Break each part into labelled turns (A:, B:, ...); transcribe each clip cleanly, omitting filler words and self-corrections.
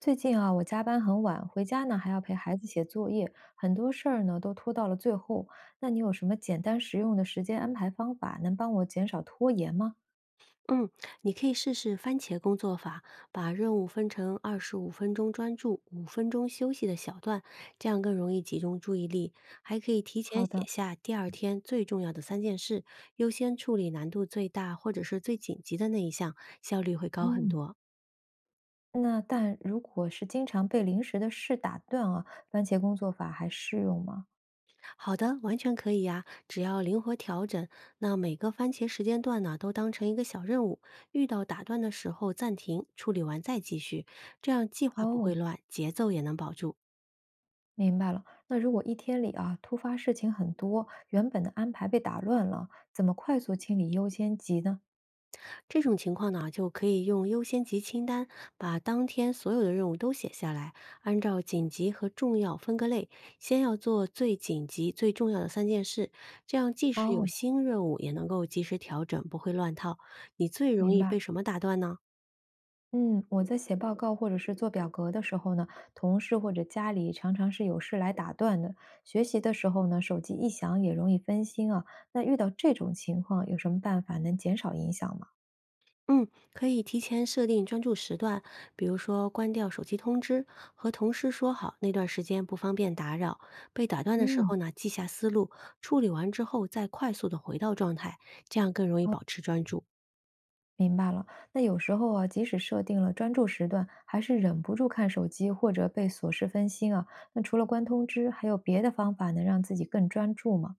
A: 最近啊，我加班很晚，回家呢还要陪孩子写作业，很多事儿呢都拖到了最后。那你有什么简单实用的时间安排方法，能帮我减少拖延吗？
B: 嗯，你可以试试番茄工作法，把任务分成25分钟专注、五分钟休息的小段，这样更容易集中注意力。还可以提前
A: 好
B: 写
A: 的。
B: 下第二天最重要的三件事，优先处理难度最大或者是最紧急的那一项，效率会高很
A: 嗯。
B: 多。
A: 那但如果是经常被临时的事打断啊，番茄工作法还适用吗？
B: 好的，完全可以呀、只要灵活调整。那每个番茄时间段呢，都当成一个小任务，遇到打断的时候暂停，处理完再继续，这样计划不
A: 哦，
B: 会乱，节奏也能保住。
A: 明白了。那如果一天里啊突发事情很多，原本的安排被打乱了，怎么快速清理优先级呢？
B: 这种情况呢，就可以用优先级清单把当天所有的任务都写下来，按照紧急和重要分个类，先要做最紧急、最重要的三件事，这样即使有
A: 哦，
B: 新任务，也能够及时调整，不会乱套。你最容
A: 明
B: 易被
A: 白。
B: 什么打断呢？
A: 嗯，我在写报告或者是做表格的时候呢，同事或者家里常常是有事来打断的。学习的时候呢，手机一响也容易分心啊。那遇到这种情况，有什么办法能减少影响吗？
B: 嗯，可以提前设定专注时段，比如说关掉手机通知，和同事说好那段时间不方便打扰。被打断的时
A: 嗯，
B: 候呢，记下思路，处理完之后再快速的回到状态，这样更容易保持专注。
A: 明白了。那有时候啊，即使设定了专注时段，还是忍不住看手机或者被琐事分心啊。那除了关通知，还有别的方法能让自己更专注吗？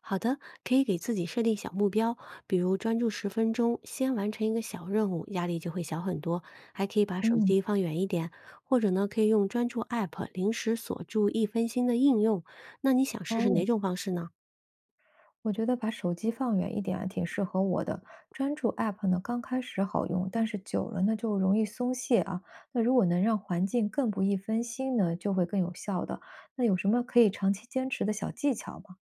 B: 好的，可以给自己设定小目标，比如专注十分钟，先完成一个小任务，压力就会小很多。还可以把手
A: 嗯。
B: 机放远一点，或者呢，可以用专注 App 临时锁住易分心的应用。那你想试试
A: 哦。
B: 哪种方式呢？
A: 我觉得把手机放远一点啊，挺适合我的。专注 App 呢，刚开始好用，但是久了呢就容易松懈啊。那如果能让环境更不易分心呢，就会更有效的。那有什么可以长期坚持的小技巧吗？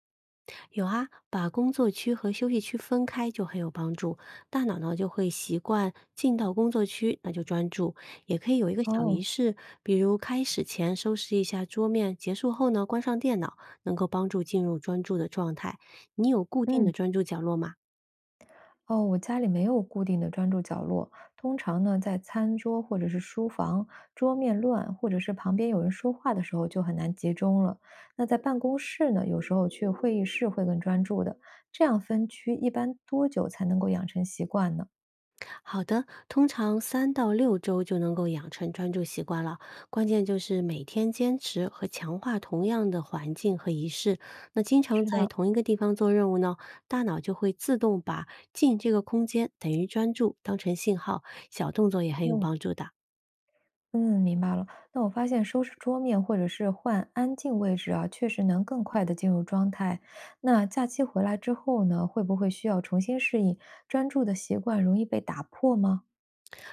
B: 有啊，把工作区和休息区分开就很有帮助，大脑呢就会习惯进到工作区，那就专注。也可以有一个小仪
A: 哦。
B: 式，比如开始前收拾一下桌面，结束后呢关上电脑，能够帮助进入专注的状态。你有固定的
A: 嗯。
B: 专注角落吗？
A: 哦，我家里没有固定的专注角落，通常呢在餐桌或者是书房，桌面乱或者是旁边有人说话的时候就很难集中了。那在办公室呢，有时候去会议室会更专注的。这样分区一般多久才能够养成习惯呢？
B: 好的，通常3到6周就能够养成专注习惯了，关键就是每天坚持和强化同样的环境和仪式。那经常
A: 是
B: 在
A: 的。
B: 同一个地方做任务呢，大脑就会自动把进这个空间等于专注当成信号，小动作也很有
A: 哦。
B: 帮助的。
A: 嗯，明白了。那我发现收拾桌面或者是换安静位置啊，确实能更快的进入状态。那假期回来之后呢，会不会需要重新适应？专注的习惯容易被打破吗？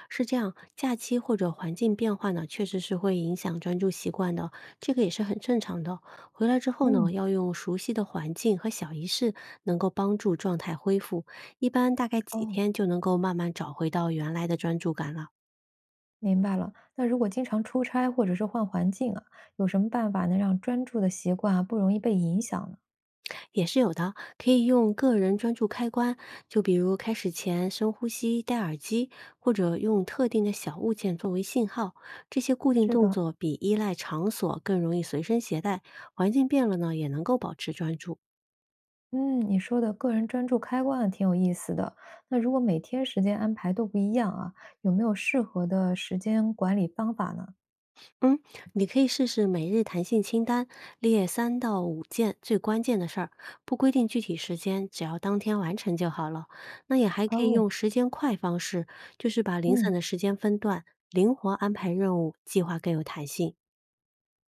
B: 是这样，假期或者环境变化呢，确实是会影响专注习惯的，这个也是很正常的。回来之后
A: 嗯。
B: 呢，要用熟悉的环境和小仪式，能够帮助状态恢复。一般大概几
A: 哦，
B: 天就能够慢慢找回到原来的专注感了。
A: 明白了。那如果经常出差或者是换环境啊，有什么办法能让专注的习惯啊不容易被影响呢？
B: 也是有的，可以用个人专注开关，就比如开始前深呼吸、戴耳机，或者用特定的小物件作为信号。这些固定
A: 是
B: 动
A: 的。
B: 作比依赖场所更容易随身携带，环境变了呢，也能够保持专注。
A: 嗯，你说的个人专注开关啊挺有意思的。那如果每天时间安排都不一样啊，有没有适合的时间管理方法呢？
B: 嗯，你可以试试每日弹性清单，列3到5件最关键的事儿，不规定具体时间，只要当天完成就好了。那也还可以
A: 哦。
B: 用时间块方式，就是把零散
A: 嗯。
B: 的时间分段，灵活安排任务，计划更有弹性。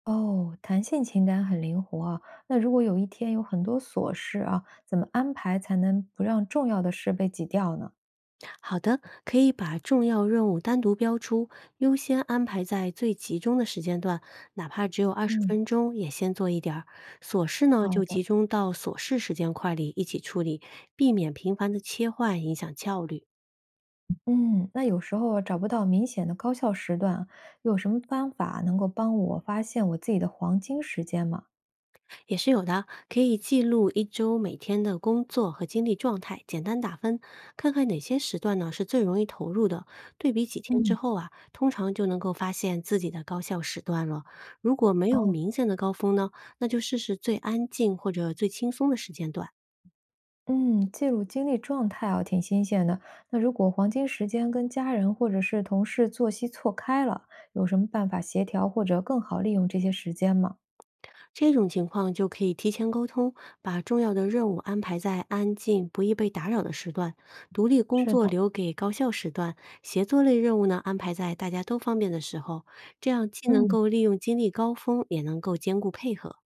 A: 哦，弹性清单很灵活啊。那如果有一天有很多琐事啊，怎么安排才能不让重要的事被挤掉呢？
B: 好的，可以把重要任务单独标出，优先安排在最集中的时间段，哪怕只有二十
A: 嗯。
B: 分钟，也先做一点儿。琐事呢，
A: 好
B: 就集
A: 的。
B: 中到琐事时间块里一起处理，避免频繁的切换影响效率。
A: 嗯，那有时候找不到明显的高效时段啊，有什么方法能够帮我发现我自己的黄金时间吗？
B: 也是有的，可以记录一周每天的工作和精力状态，简单打分，看看哪些时段呢是最容易投入的。对比几天之
A: 嗯。
B: 后啊，通常就能够发现自己的高效时段了。如果没有
A: 哦。
B: 明显的高峰呢，那就试试最安静或者最轻松的时间段。
A: 嗯，记录精力状态啊，挺新鲜的。那如果黄金时间跟家人或者是同事作息错开了，有什么办法协调或者更好利用这些时间吗？
B: 这种情况就可以提前沟通，把重要的任务安排在安静、不易被打扰的时段，独立工
A: 是
B: 作
A: 的。
B: 留给高效时段，协作类任务呢安排在大家都方便的时候，这样既能
A: 嗯，
B: 够利用精力高峰，也能够兼顾配合。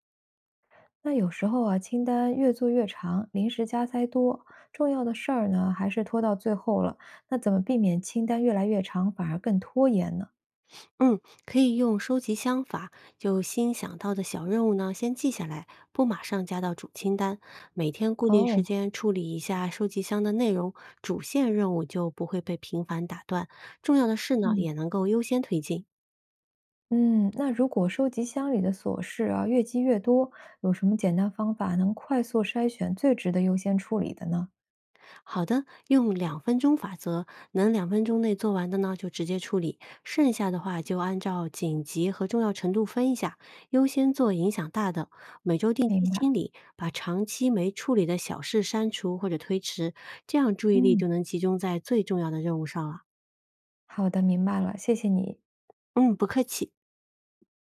A: 那有时候啊，清单越做越长，临时加塞多，重要的事儿呢，还是拖到最后了。那怎么避免清单越来越长，反而更拖延呢？
B: 嗯，可以用收集箱法，就新想到的小任务呢，先记下来，不马上加到主清单。每天固定时
A: 哦。
B: 间处理一下收集箱的内容，主线任务就不会被频繁打断。重要的事呢，
A: 嗯
B: 也能够优先推进。
A: 嗯，那如果收集箱里的琐事啊，越积越多，有什么简单方法能快速筛选最值得优先处理的呢？
B: 好的，用两分钟法则，能两分钟内做完的呢，就直接处理；剩下的话就按照紧急和重要程度分一下，优先做影响大的。每周定期
A: 明白。
B: 清理，把长期没处理的小事删除或者推迟，这样注意力
A: 嗯，
B: 就能集中在最重要的任务上了。
A: 好的，明白了，谢谢你。
B: 嗯，不客气。